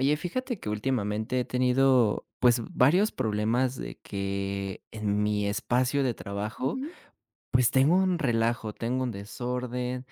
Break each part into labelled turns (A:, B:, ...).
A: Oye, fíjate que últimamente he tenido, pues, varios problemas de que en mi espacio de trabajo,
B: Ujú,
A: pues, tengo un relajo, tengo un desorden,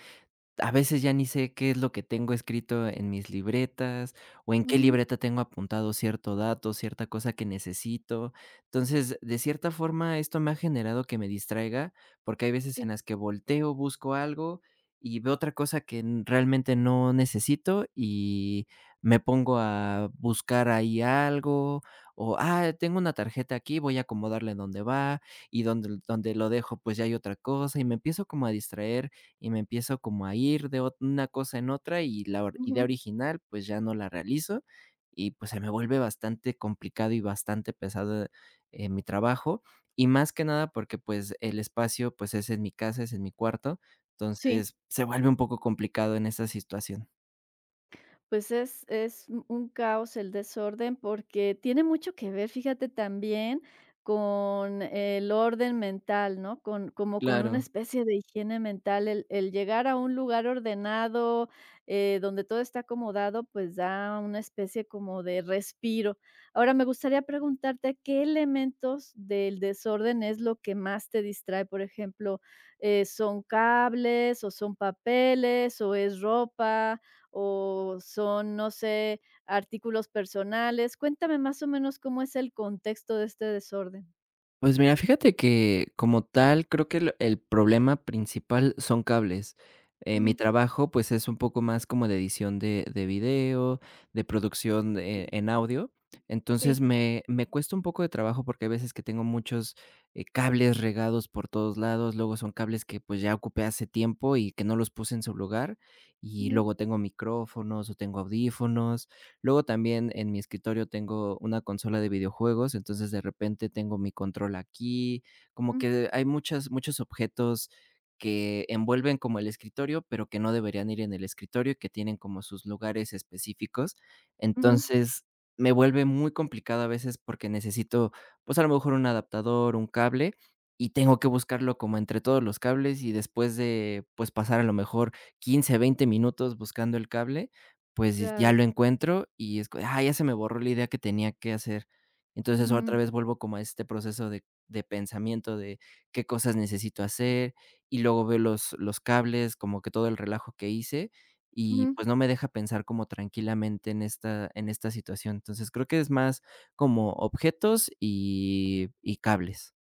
A: a veces ya ni sé qué es lo que tengo escrito en mis libretas, o en qué
B: ujú,
A: libreta tengo apuntado cierto dato, cierta cosa que necesito. Entonces, de cierta forma, esto me ha generado que me distraiga, porque hay veces en
B: sí,
A: las que volteo, busco algo y veo otra cosa que realmente no necesito y me pongo a buscar ahí algo, o, ah, tengo una tarjeta aquí, voy a acomodarla en donde va, y donde lo dejo, pues ya hay otra cosa, y me empiezo como a distraer y me empiezo como a ir de ot una cosa en otra y la or idea
B: ujú,
A: original, pues, ya no la realizo y, pues, se me vuelve bastante complicado y bastante pesado, mi trabajo. Y más que nada porque, pues, el espacio, pues, es en mi casa, es en mi cuarto,
B: sí.
A: entonces se vuelve un poco complicado en esa situación.
B: Pues es un caos el desorden, porque tiene mucho que ver, fíjate, también con el orden mental, ¿no? Con como con una
A: Claro.
B: especie de higiene mental, el llegar a un lugar ordenado, donde todo está acomodado, pues da una especie como de respiro. Ahora, me gustaría preguntarte, ¿qué elementos del desorden es lo que más te distrae? Por ejemplo, ¿son cables, o son papeles, o es ropa? ¿O son, no sé, artículos personales? Cuéntame más o menos cómo es el contexto de este desorden.
A: Pues mira, fíjate que como tal, creo que el problema principal son cables. Mi
B: Ujú,
A: trabajo, pues, es un poco más como de edición de video, de producción, en audio. Entonces,
B: sí.
A: me cuesta un poco de trabajo porque hay veces que tengo muchos, cables regados por todos lados, luego son cables que, pues, ya ocupé hace tiempo y que no los puse en su lugar, y
B: Ujú.
A: luego tengo micrófonos o tengo audífonos. Luego también en mi escritorio tengo una consola de videojuegos, entonces de repente tengo mi control aquí, como
B: Ujú,
A: que hay muchas muchos objetos que envuelven como el escritorio, pero que no deberían ir en el escritorio y que tienen como sus lugares específicos.
B: ujú,
A: Entonces, me vuelve muy complicado a veces porque necesito, pues, a lo mejor un adaptador, un cable, y tengo que buscarlo como entre todos los cables y después de, pues, pasar a lo mejor 15, 20 minutos buscando el cable, pues, ya
B: claro.
A: lo encuentro y es co ah, ya se me borró la idea que tenía que hacer. Entonces, otra
B: Ujú,
A: vez vuelvo como a este proceso de pensamiento de qué cosas necesito hacer, y luego veo los cables, como que todo el relajo que hice, y
B: ujú.
A: pues, no me deja pensar como tranquilamente en esta situación. Entonces, creo que es más como objetos y cables.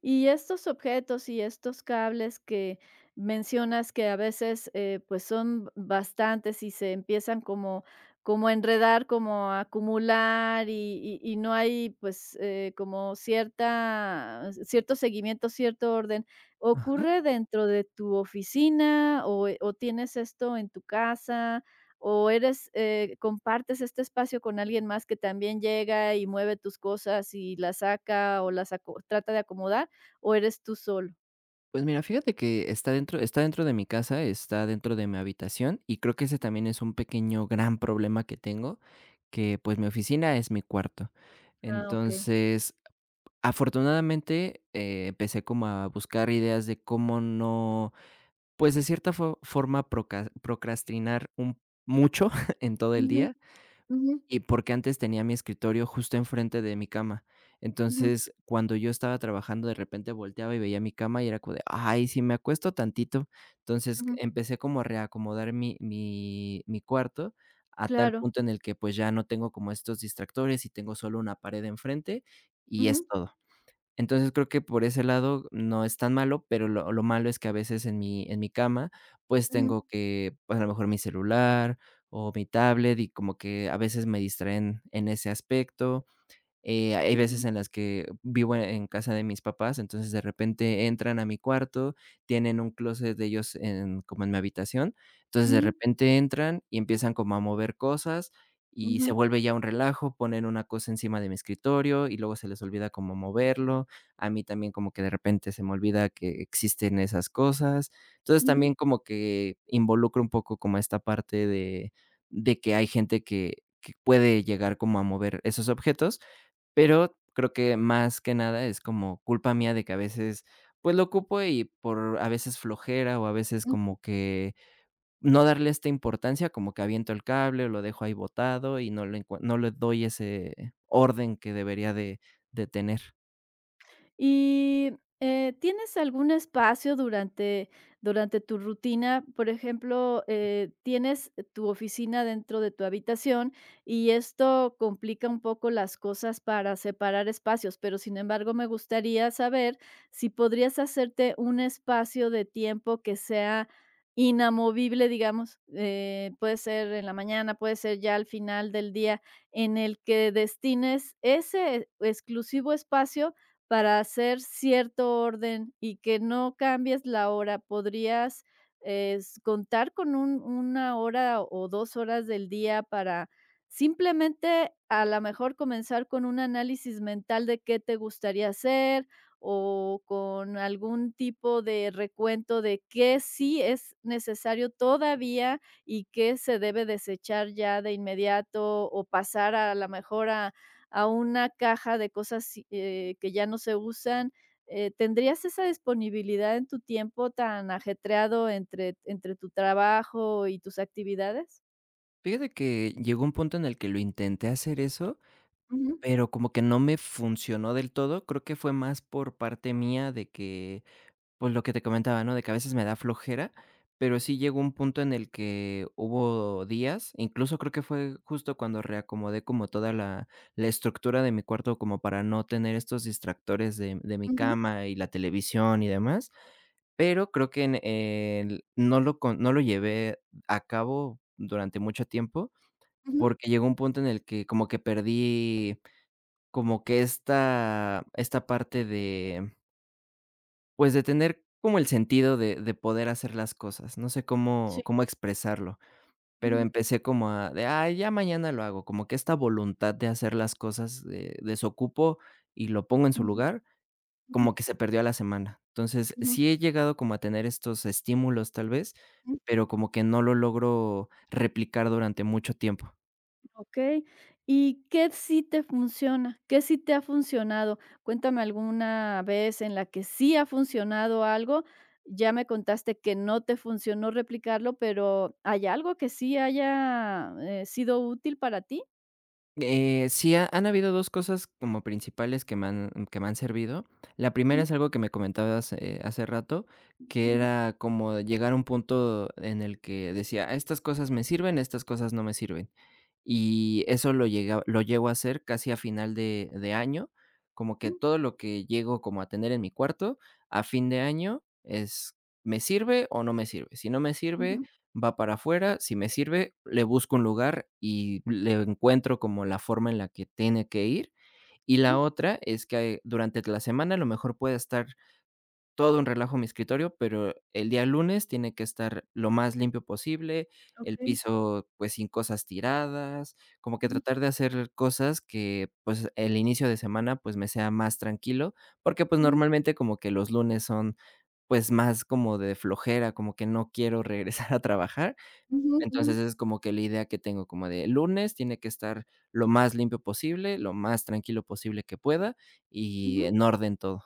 B: Y estos objetos y estos cables que mencionas que a veces, pues, son bastantes y se empiezan como como a enredar, como a acumular y no hay, pues, como cierta cierto seguimiento, cierto orden,
A: Ajá.
B: ¿ocurre dentro de tu oficina o tienes esto en tu casa o eres, compartes este espacio con alguien más que también llega y mueve tus cosas y las saca o las aco trata de acomodar? ¿O eres tú solo?
A: Pues mira, fíjate que está dentro de mi casa, está dentro de mi habitación, y creo que ese también es un pequeño gran problema que tengo, que, pues, mi oficina es mi cuarto.
B: Ah, okey.
A: Entonces, afortunadamente, empecé como a buscar ideas de cómo no, pues, de cierta fo forma proca procrastinar un mucho en todo el
B: Ujú,
A: día,
B: ujú,
A: y porque antes tenía mi escritorio justo enfrente de mi cama.
B: ujú,
A: Entonces, cuando yo estaba trabajando, de repente volteaba y veía mi cama y era como de, ay, si me acuesto tantito. Entonces,
B: ujú.
A: empecé como a reacomodar mi cuarto a tal
B: Claro.
A: punto en el que, pues, ya no tengo como estos distractores y tengo solo una pared enfrente y es
B: Ujú,
A: todo. Entonces, creo que por ese lado no es tan malo, pero lo malo es que a veces en mi cama, pues,
B: ujú,
A: tengo que, pues, a lo mejor mi celular o mi tablet, y como que a veces me distraen en ese aspecto. Hay veces
B: ujú,
A: en las que vivo en casa de mis papás, entonces de repente entran a mi cuarto, tienen un closet de ellos en como en mi habitación, entonces de
B: ujú,
A: repente entran y empiezan como a mover cosas y se
B: ujú,
A: vuelve ya un relajo, ponen una cosa encima de mi escritorio y luego se les olvida como moverlo, a mí también como que de repente se me olvida que existen esas cosas, entonces
B: ujú, ujú.
A: también como que involucro un poco como esta parte de que hay gente que puede llegar como a mover esos objetos, pero creo que más que nada es como culpa mía de que a veces, pues, lo ocupo y por a veces flojera o a veces como que no darle esta importancia, como que aviento el cable o lo dejo ahí botado y no le doy ese orden que debería de tener.
B: Y, ¿tienes algún espacio durante tu rutina? Por ejemplo, tienes tu oficina dentro de tu habitación y esto complica un poco las cosas para separar espacios, pero, sin embargo, me gustaría saber si podrías hacerte un espacio de tiempo que sea inamovible, digamos, puede ser en la mañana, puede ser ya al final del día, en el que destines ese exclusivo espacio para hacer cierto orden y que no cambies la hora, ¿podrías, es contar con un una hora o 2 horas del día para simplemente, a lo mejor, comenzar con un análisis mental de qué te gustaría hacer o con algún tipo de recuento de qué sí es necesario todavía y qué se debe desechar ya de inmediato o pasar a lo mejor a una caja de cosas, si, que ya no se usan, ¿tendrías esa disponibilidad en tu tiempo tan ajetreado entre tu trabajo y tus actividades?
A: Fíjate que llegó un punto en el que lo intenté hacer eso,
B: Ujú,
A: pero como que no me funcionó del todo. Creo que fue más por parte mía de que pues lo que te comentaba, ¿no? De que a veces me da flojera, pero sí llegó un punto en el que hubo días, incluso creo que fue justo cuando reacomodé como toda la estructura de mi cuarto, como para no tener estos distractores de mi
B: ujú,
A: cama y la televisión y demás, pero creo que en el- no, lo, con- no lo llevé a cabo durante mucho tiempo,
B: ujú.
A: porque llegó un punto en el que como que perdí como que esta parte pues, de tener como el sentido de poder hacer las cosas, no sé cómo
B: Sí.
A: expresarlo, pero
B: Ujú,
A: empecé como a de: "Ay, ya mañana lo hago", como que esta voluntad de hacer las cosas, desocupo y lo pongo en su
B: ujú,
A: lugar,
B: ujú,
A: como que se perdió a la semana. Entonces,
B: ujú,
A: sí he llegado como a tener estos estímulos, tal vez,
B: ujú.
A: pero como que no lo logro replicar durante mucho tiempo.
B: Okey, ¿y qué sí te funciona? ¿Qué sí te ha funcionado? Cuéntame alguna vez en la que sí ha funcionado algo. Ya me contaste que no te funcionó replicarlo, pero, ¿hay algo que sí haya, sido útil para ti?
A: Sí, ha han habido 2 cosas como principales que me han servido. La primera
B: Ujú,
A: es algo que me comentabas, hace rato, que
B: ujú,
A: era como llegar a un punto en el que decía: "Ah, estas cosas me sirven, estas cosas no me sirven". Y eso lo llego a hacer casi a final de año, como que
B: ujú,
A: todo lo que llego como a tener en mi cuarto, a fin de año es, ¿me sirve o no me sirve? Si no me sirve,
B: ujú,
A: va para afuera, si me sirve, le busco un lugar y le encuentro como la forma en la que tiene que ir. Y
B: ujú.
A: la otra es que durante la semana a lo mejor puede estar todo un relajo mi escritorio, pero el día lunes tiene que estar lo más limpio posible, el
B: Okey.
A: piso, pues, sin cosas tiradas, como que
B: Ujú,
A: tratar de hacer cosas que, pues, el inicio de semana, pues, me sea más tranquilo, porque, pues,
B: ujú,
A: normalmente como que los lunes son, pues, más como de flojera, como que no quiero regresar a trabajar.
B: ujú, ujú,
A: Entonces, es como que la idea que tengo como de lunes tiene que estar lo más limpio posible, lo más tranquilo posible que pueda
B: ujú.
A: y en orden todo.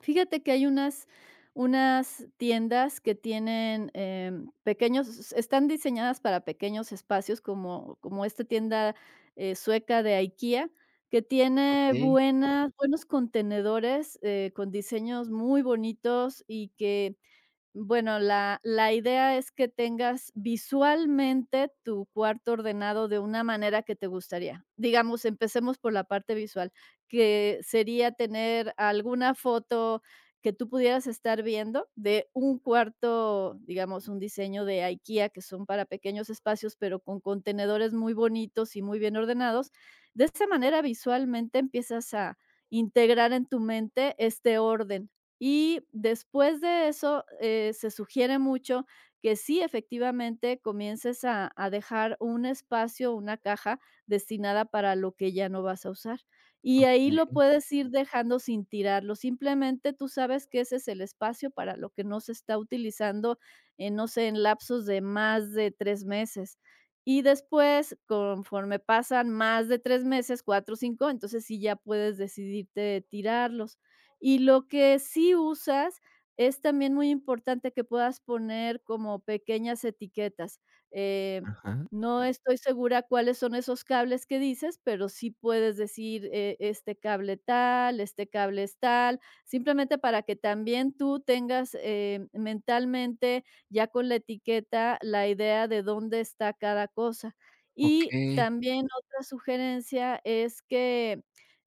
B: Fíjate que hay unas tiendas que tienen, pequeños están diseñadas para pequeños espacios, como como esta tienda, sueca de IKEA, que tiene
A: Okey,
B: buenas buenos contenedores, con diseños muy bonitos y que bueno, la idea es que tengas visualmente tu cuarto ordenado de una manera que te gustaría. Digamos, empecemos por la parte visual, que sería tener alguna foto que tú pudieras estar viendo de un cuarto, digamos, un diseño de IKEA, que son para pequeños espacios, pero con contenedores muy bonitos y muy bien ordenados. De esa manera, visualmente empiezas a integrar en tu mente este orden. Y después de eso, se sugiere mucho que sí, efectivamente, comiences a dejar un espacio, una caja destinada para lo que ya no vas a usar. Y ahí lo
A: okey.
B: puedes ir dejando sin tirarlo. Simplemente tú sabes que ese es el espacio para lo que no se está utilizando, no sé, en lapsos de más de 3 meses. Y después, conforme pasan más de 3 meses, 4, o 5, entonces sí ya puedes decidirte de tirarlos. Y lo que sí usas, es también muy importante que puedas poner como pequeñas etiquetas. Eh,
A: Ajá.
B: no estoy segura cuáles son esos cables que dices, pero sí puedes decir, este cable tal, este cable es tal, simplemente para que también tú tengas mentalmente, ya con la etiqueta, la idea de dónde está cada cosa. Y
A: Okey,
B: también otra sugerencia es que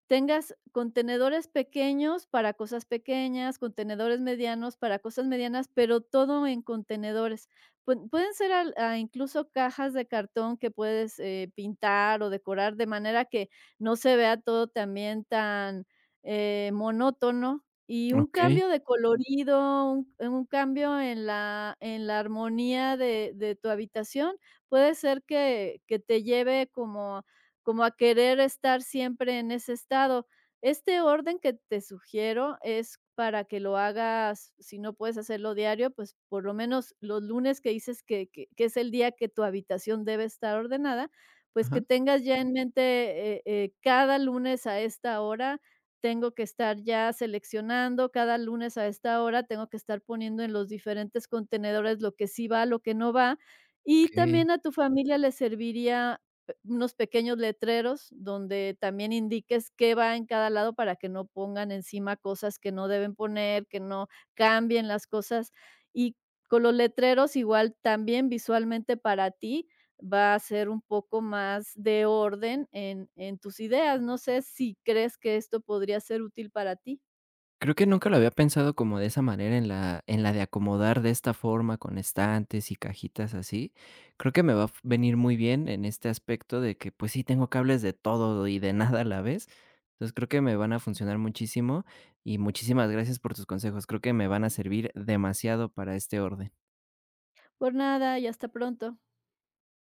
B: tengas contenedores pequeños para cosas pequeñas, contenedores medianos para cosas medianas, pero todo en contenedores. Pueden ser incluso cajas de cartón que puedes, pintar o decorar de manera que no se vea todo también tan, monótono, y un
A: okey,
B: cambio de colorido, un cambio en la armonía de tu habitación puede ser que te lleve como como a querer estar siempre en ese estado. Este orden que te sugiero es para que lo hagas, si no puedes hacerlo diario, pues por lo menos los lunes que dices que, que es el día que tu habitación debe estar ordenada, pues
A: ajá,
B: que tengas ya en mente cada lunes a esta hora. Tengo que estar ya seleccionando cada lunes a esta hora, tengo que estar poniendo en los diferentes contenedores lo que sí va, lo que no va. Y
A: okey.
B: también a tu familia le serviría unos pequeños letreros donde también indiques qué va en cada lado para que no pongan encima cosas que no deben poner, que no cambien las cosas. Y con los letreros igual también visualmente para ti va a ser un poco más de orden en tus ideas. No sé si crees que esto podría ser útil para ti.
A: Creo que nunca lo había pensado como de esa manera, en la de acomodar de esta forma con estantes y cajitas así. Creo que me va a venir muy bien en este aspecto de que, pues sí, tengo cables de todo y de nada a la vez. Entonces, creo que me van a funcionar muchísimo y muchísimas gracias por tus consejos. Creo que me van a servir demasiado para este orden.
B: Por nada y hasta pronto.